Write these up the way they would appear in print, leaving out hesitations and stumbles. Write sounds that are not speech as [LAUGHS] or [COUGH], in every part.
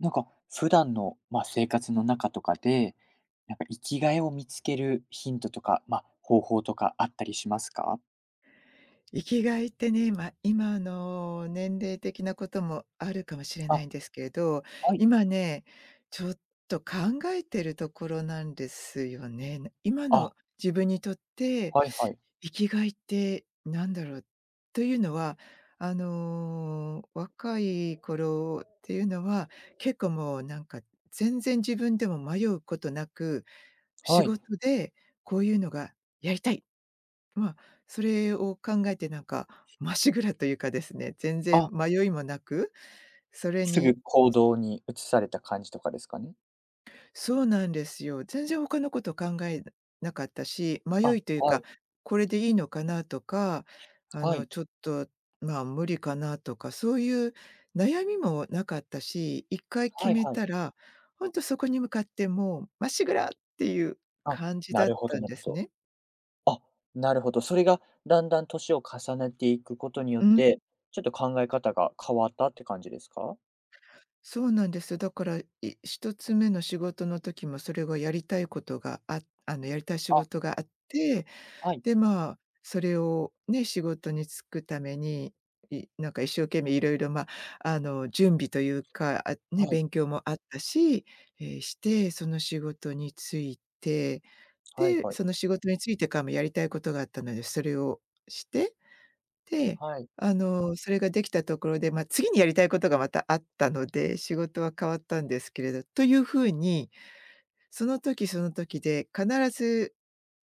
なんか、普段の、まあ、生活の中とかで、なんか生きがいを見つけるヒントとか、まあ、方法とかあったりしますか？生きがいってね、今の年齢的なこともあるかもしれなあ、いんですけれど、はい。今ね、ちょっと考えてるところなんですよね。今あ、の自分にとって、はいはい。生きがいってなんだろう？というのは、あの、若い頃っていうのは、結構もうなんか全然自分でも迷うことなく、仕はい。事でこういうのがやりたいまあ、それを考えてなんか、まっしぐらというかですね、全然あ、迷いもなく、それすぐに行動に移された感じとかですかね？そうなんですよ。全然他のこと考えなかったし、迷あ、いというはか、い。これでいいのかなとか、あはの、い。ちょっと、まあ、無理かなとか、そういう悩みもなかったし、一回決はいめはい。たら、ほんとそこに向かってもうまっしぐらっていうあ、感じなだっるほたどんなるでほすど。ね。あ、なるほど。それがだんだん年を重ねていくことにようっん。て、ちょっと考え方が変わったって感じですか？そうなんですだから、一つ目の仕事の時もそれがやりたいことがあの、やりたい仕あ、事があって、はい。で、まあ、それをね、仕事に就くために、なんか一生懸命いろいろ、まあ、あの、準備というか、あ、ね、はい。勉強もあったし、して、その仕事に就いて、はいで、はい。その仕事に就いてからもやりたいことがあったので、それをしてで、はい。あの、それができたところで、まあ、次にやりたいことがまたあったので、仕事は変わったんですけれどというふうに、その時その時で必ず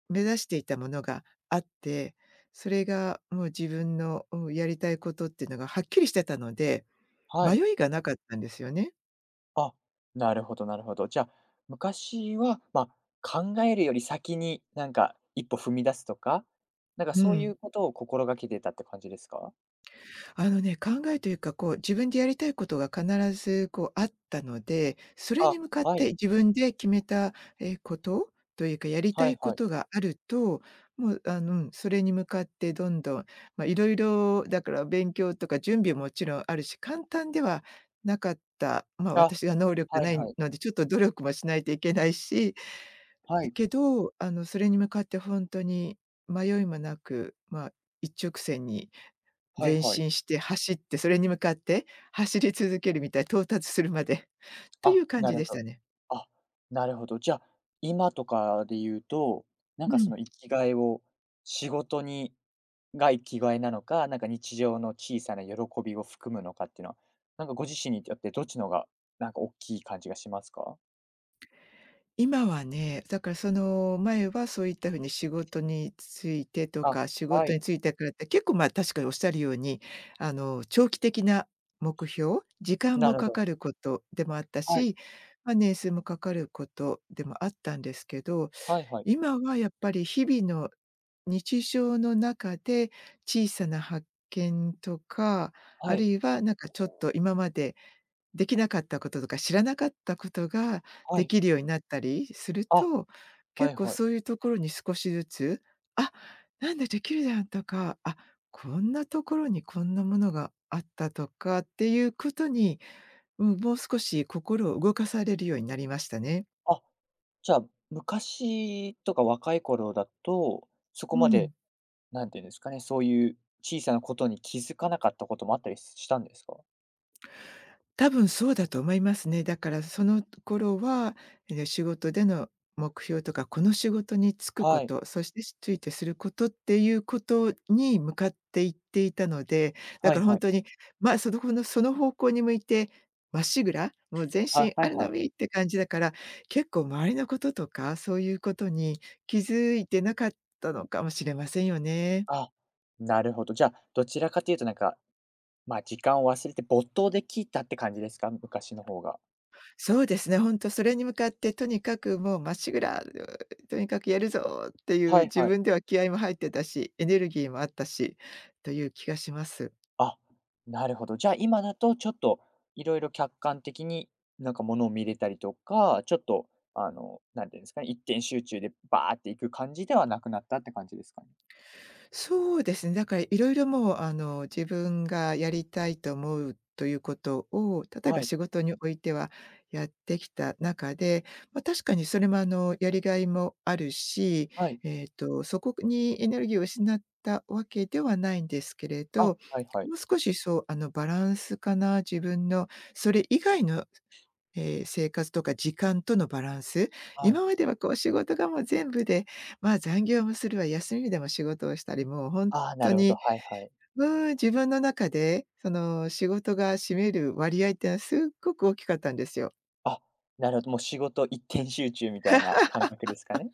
目指していたものがあって、それがもう自分の、うん、やりたいことっていうのがはっきりしてたので、は迷い。いがなかったんですよね。あ、なるほどなるほど。じゃあ、昔は、まあ、考えるより先に、なんか、一歩踏み出すとか、なんかうそういん。うことを心がけてたって感じですか？あのね、考えというか、こう、自分でやりたいことが必ずこうあったので、それにあ、向かっはてい。自分で決めた、ことというか、やりたはいいこはい。とがあると、もう、あの、うん、それに向かってどんどん、ま、色々だから勉強とか準備ももちろんあるし、簡単ではなかった、ま、あ、私が能力がはいないはい。ので、ちょっと努力もしないといけないし、はだい。けど、あの、それに向かってほんとに迷いもなく、ま、一直線にはい前はい。進して走って、それに向かって走り続けるみたい、到達するまで [LAUGHS] といあ、う感なじるでしほたど。ね。あ、なるほど。じゃあ、今とかで言うと、なんうかそん。の生きがいを仕事にが生きがいなのか、なんか日常の小さな喜びを含むのかっていうのは、なんかご自身によってどっちのがなんか大きい感じがしますか？今はね、だからその前はそういった風に仕事についてとあ、か、仕は事い、に就いてからって結構、ま、確かにおっしゃるように、あの、長期的な目標、時間なもるほかど。かることでもあったはい、し、まあ、年数もかかることでもあったんですけどはいはい。今はやっぱり日々の日常の中で小さな発見とか、はあるい、いはなんかちょっと今までできなかったこととか知らなかったことがはでい。きるようになったりするあ、と、は結い構はい。そういうところに少しずつ、あ、なんだできるじゃんとか、あ、こんなところにこんなものがあったとかっていうことに、うん、もう少し心を動かされるようになりましたね。あ、じゃあ、昔とか若い頃だと、そこうまん。でなんていうんですかね、そういう小さなことに気づかなかったこともあったりしたんですか？多分そうだと思いますね。だからその頃は、ええ、仕事での目標とか、この仕事に就くこはい。と、そしてついてすることっていうことに向かっていっていたので、だはかいらほんはい。とに、ま、そのこのその方向に向いてまっしぐら、もう全あ、身はあいるはのい。みって感じだから、結構周りのこととか、そういうことに気づいてなかったのかもしれませんよね。あ、なるほど。じゃあ、どちらかというとなんか、まあ、時間を忘れて没頭できたって感じですか？昔の方が。そうですね、本当それに向かってとにかくもうまっしぐら、とにかくやるぞっていはうい自はい。分では気合いも入ってたし、エネルギーもあったしという気がします。あ、なるほど。じゃあ、今だとちょっといろいろ客観的になんか物を見れたりとか、ちょっとあの、なんていうんですかね、一点集中でバーっていく感じではなくなったって感じですかね？そうですね。だからいろいろもう、あの、自分がやりたいと思うということを、例えはばい。仕事においてはやってきた中で、まあ、確かにそれも、あの、やりがいもあるし、はい。えっと、そこにエネルギーを失ったわけではないんですけれあ、ど、はいはい。もう少しそう、あの、バランスかな、自分のそれ以外のええ、生活とか時間とのバランス、はい。今まではこう仕事がもう全部で、まあ、残業もするわ、休みでも仕事をしたり、もう本ああ、な当るほど。に、はいはい。うん、自分の中で、その仕事が占める割合ってのはすっごく大きかったんですよ。あ、なるほど、もう仕事一点集中みたいな感覚ですかね？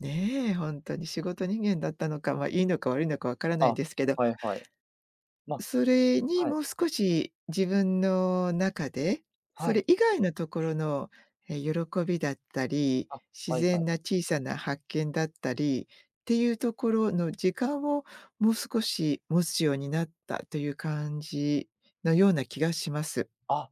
ねえ、本当に仕事人間だったのか、ま、いいのか悪いのかわからないんあ、ですけど。はいはい。ま、それにはい、もう少し自分の中で、そはい、れ以外のところの、喜びだったり、あ、自はいは然い。な小さな発見だったりっていうところの時間をもう少し持つようになったという感じのような気がします。あ、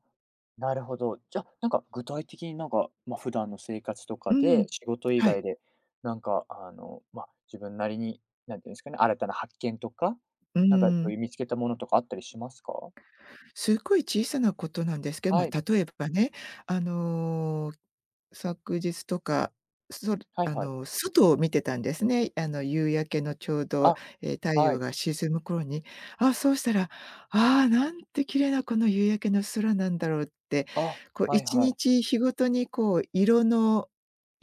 なるほど。じゃ、なんか具体的になんか、ま、普段の生活とうかで、ん。仕事以はい。外で、なんかあの、ま、自分なりに、なんていうんですかね、新たな発見とか、うなんかそうん。いう見つけたものとかあったりしますか？すっごい小さなことなんですけど、はまい、あ、例えばね、あの、昨日とか、そはいあはい。の、外を見てたんですね。あの、夕焼けのちょうど、あ、太は陽い、が沈む頃に、あ、そうしたら、ああ、なんて綺麗なこの夕焼けの空なんだろうって、あ、こうはい1はい。日日ごとにこう色の、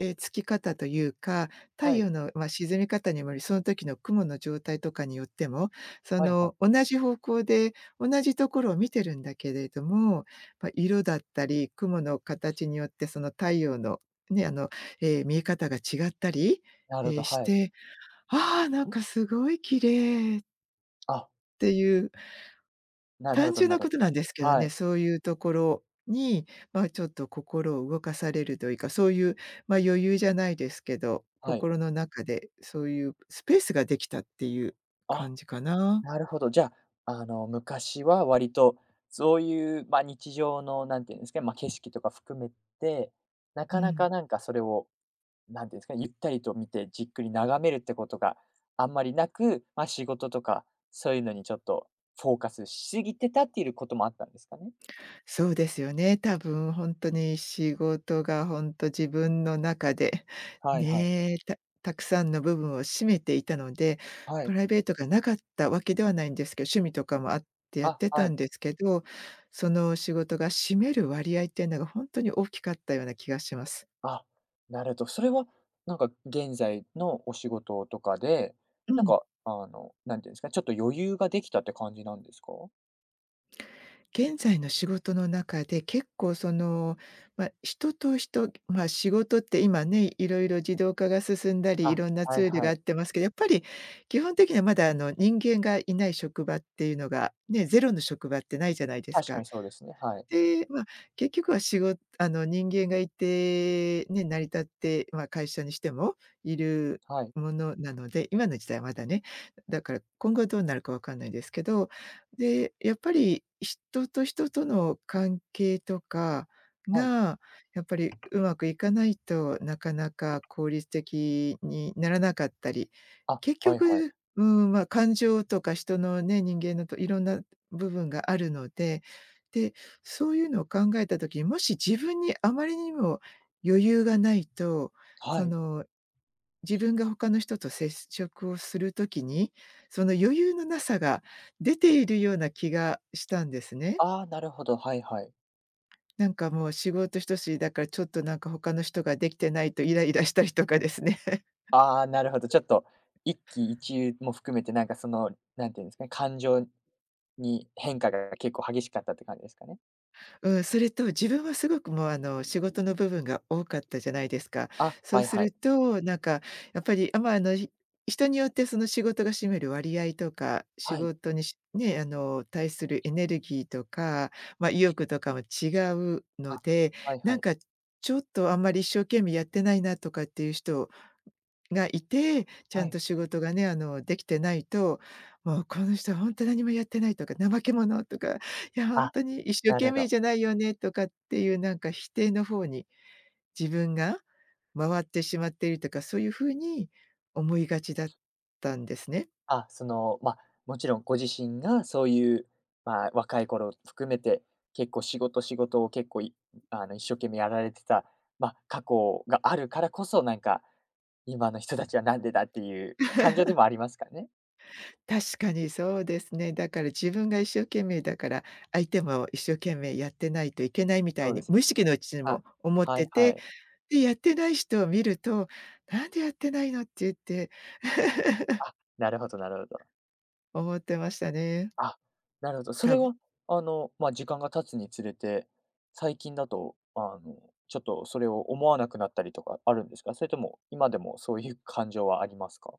つき方というか、太はい、陽の、まあ、沈み方にもより、その時の雲の状態とかによっても、そはいはい。の同じ方向で同じところを見てるんだけれども、まあ、色だったり、雲の形によってその太陽のね、あの、見え方が違ったり、なるほど、しはい。て、ああ、なんかすごい綺麗っあ、ていう、なるほ単ど純ななこるとなんですけどはね、い、そういうところに、まあ、ちょっと心を動かされるというか、そういう、まあ、余裕じゃないですけど、はい。心の中でそういうスペースができたっていうあ、感じかな。なるほど。じゃあ、あの、昔は割とそういう、まあ、日常のなんていうんですかね、まあ、景色とか含めて、なうかなん。かなんかそれを、何ていうんですかねゆったりと見てじっくり眺めるってことがあんまりなく、まあ、仕事とかそういうのにちょっとフォーカスしすぎてたっていうこともあったんですかね？そうですよね。多分本当に仕事が本当自分の中で、はいはい。ねえ、たくさんの部分を占めていたので、はプい。ライベートがなかったわけではないんですけど、趣味とかもあってやっあ、てたはんい。ですけど、その仕事が占める割合っていうのが本当に大きかったような気がします。あ、なると。それはなんか現在のお仕事とかで、うなんん。かあの、なんていうんですかね、ちょっと余裕ができたって感じなんですか？現在の仕事の中で結構その、まあ、人と人、まあ、仕事って今ね、いろいろ自動化が進んだり、いあ、ろんなツはいールはがあい。ってますけど、やっぱり基本的にはまだあの、人間がいない職場っていうのが、ね、ゼロの職場ってないじゃないです確かか。にそうですね。はい。で、まあ、結局は仕事、あの、人間がいて、ね、成り立って、まあ、会社にしてもいるはい。ものなので、今の時代はまだね、だから今後どうなるかわかんないですけど、で、やっぱり人と人との関係とかはい。が、やっぱりうまくいかないとなかなか効率的にならなかったり、あ、結はいはい。局、うん、まあ、感情とか人のね、人間のといろんな部分があるので、でそういうのを考えた時に、もし自分にあまりにも余裕がないと、はそい。の、自分が他の人と接触をする時に、その余裕のなさが出ているような気がしたんですね。ああ、なるほど。はいはい。なんかもう仕事一筋だからちょっとなんか他の人ができてないとイライラしたりとかですね。ああ、なるほど。ちょっと、一喜一憂も含めて、なんかその、なんていうんですかね、感情に変化が結構激しかったって感じですかね。うん、それと自分はすごくもう、あの、仕事の部分が多かったじゃないですか。あ、そうはいすはるい。と、なんか、やっぱり、人によってその仕事が占める割合とか、仕はい。事にしね、対するエネルギーとか、まあ、意欲とかも違うのあ、で、はいなはんい。か、ちょっとあんまり一生懸命やってないなとかっていう人がいて、ちゃはんい。と仕事がね、できてないと、もうこの人は本当何もやってないとか、怠け者とか、いや本あ、当に一生なる懸ほ命ど。じゃないよねとかっていう、なんか否定の方に自分が回ってしまっているとか、そういう風に思いがちだったんですね。あ、その、まあ、もちろんご自身がそういう、まあ、若い頃含めて、結構仕事仕事を結構あの、一生懸命やられてた、まあ、過去があるからこそ、なんか、今の人たちはなんでだっていう感情でもありますからね？確かにそうですね。だから自分が一生懸命だから、相手も一生懸命やってないといけないみたいそうに、です。無意識のうちにあ、も思っはていはて、い。で、やってない人を見ると、「なんでやってないの」って言って [LAUGHS] あ、なるほどなるほど。思ってましたね。あ、なるほど。そ多れ分。は、あの、まあ、時間が経つにつれて、最近だと、あの、ちょっとそれを思わなくなったりとかあるんですか？それとも今でもそういう感情はありますか？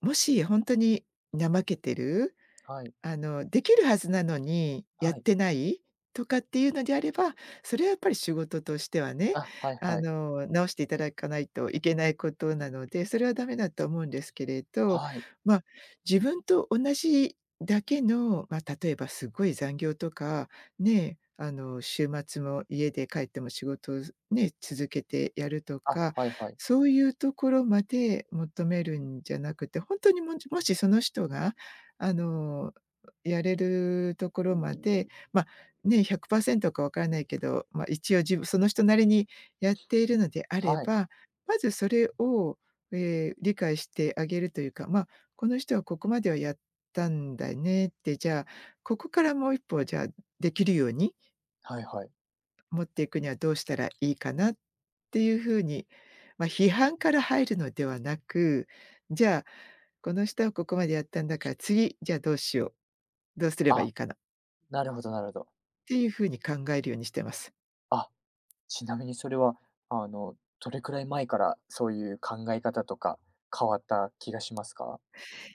もし本当に怠けてる、はい、できるはずなのにやっはい。てないとかっていうのであれば、それはやっぱり仕事としてはね、あ、はいはい。直していただかないといけないことなので、それはダメだと思うんですけれど、はい。まあ、自分と同じだけの、まあ、例えばすごい残業とか、ね、週末も家で帰っても仕事をね、続けてやるとあ、か、はいはい。そういうところまで求めるんじゃなくて、本当にもしその人が、あのやれるところまで、ま、ね、100%かわからないけど、まあ、一応自分その人なりにやっているのであれはい。ば、まずそれを、理解してあげるというか、まあ、この人はここまではやったんだねって、じゃあ、ここからもう一歩じゃあ、できるようにはいはい。持っていくにはどうしたらいいかなっていう風に、まあ、批判から入るのではなく、じゃあ、この人はここまでやったんだから、次、じゃあどうしよう、どうすればいあ、いかななるほどなるほど。ていう風に考えるようにしてます。あ、ちなみにそれは、あの、どれくらい前からそういう考え方とか変わった気がしますか？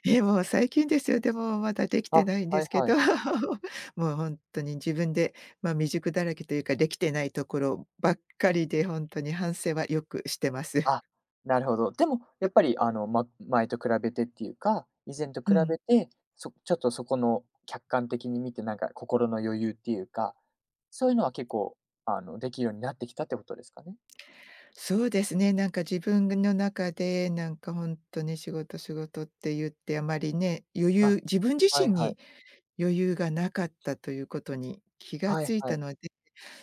え、もう最近ですよ。でもまだできあ、てないんではいすけはど、い。[LAUGHS] もう本当に自分で、まあ、未熟だらけというか、できてないところばっかりで、本当に反省はよくしてます。[LAUGHS] あ、なるほど。でも、やっぱりあの、前と比べてっていうか、以前とう比ん。べて、ちょっとそこの客観的に見て、なんか心の余裕っていうか、そういうのは結構、あの、できるようになってきたってことですかね？そうですね、なんか自分の中で、なんか本当に仕事、仕事って言ってあまりね、あ、自分自は身いはい。に余裕がなかったということに気がはついいはたい。ので、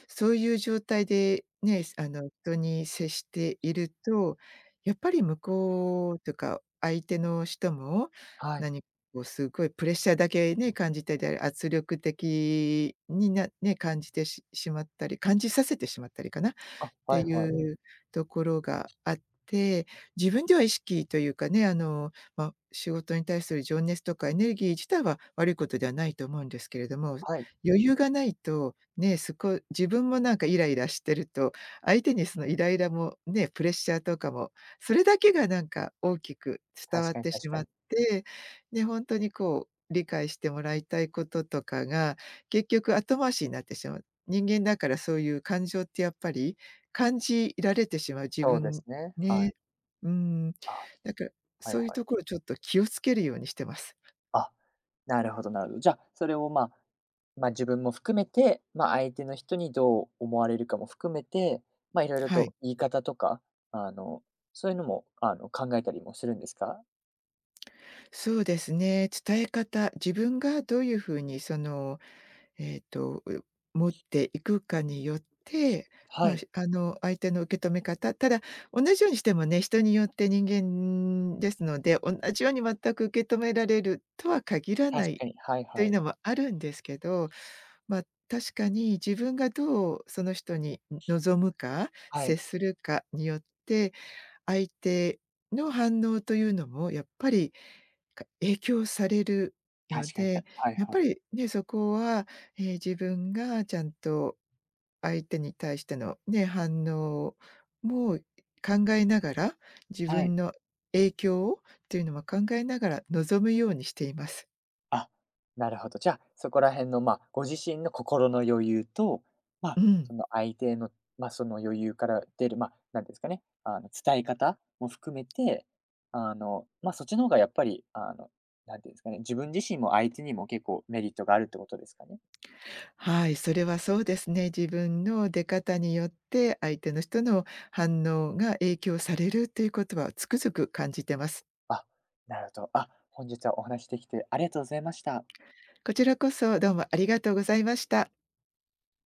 そういう状態でね、人に接していると、やっぱり向こうというか、相手の人も、はい。何かこうすごいプレッシャーだけね、感じたり、圧力的になね、感じてししまったり、感じさせてしまったりかな、あ、ってはいはい。いうところがあって、自分では意識というかね、まあ、仕事に対する情熱とかエネルギー自体は悪いことではないと思うんですけれども、はい。余裕がないと、ね、自分もなんかイライラしてると、相手にそのイライラもね、プレッシャーとかも、それだけがなんか大きく伝わ確っかにてし確かまっに。て、で、本当にこう理解してもらいたいこととかが、結局後回しになってしまう。人間だからそういう感情ってやっぱり感じられてしまう自そうで分すね、はね。い。うん。あ、だから、はそいういうはい。ところちょっと気をつけるようにしてます。あ、なるほどなるほど。じゃ、あそれを、まあま、自分も含めて、ま、相手の人にどう思われるかも含めて、ま、いろいろはい。と言い方とか、あの、そういうのも、あの、考えたりもするんですか？そうですね、伝え方、自分がどういう風にそのえーと、う持っていくかによって、はまあ、い、相手の受け止め方、ただ、同じようにしてもね、人によって人間ですので、同じように全く受け止められるとは限ら確ないかに。はいとはいうい。のもあるんですけど、まあ、確かに自分がどうその人に望むか、は接い、するかによって、相手の反応というのもやっぱり影響されるの確かに、で、はいやっはぱい。りね、そこは、自分がちゃんと相手に対してのね、反応も考えながら、自はい。分の影響をっていうのも考えながら望むようにしています。あ、なるほど。じゃあ、そこら辺の、まあ、ご自身の心の余裕と、まうあ、ん。その相手の、まあ、その余裕から出る、まあ、なんですかね、あの、伝え方も含めて、あの、まあ、そっちの方がやっぱり、あの、なんていうんですかね、自分自身も相手にも結構メリットがあるってことですかね？はい、それはそうですね。自分の出方によって相手の人の反応が影響されるということはつくづく感じてます。あ、なるほど。あ、本日はお話しできてありがとうございました。こちらこそどうもありがとうございました。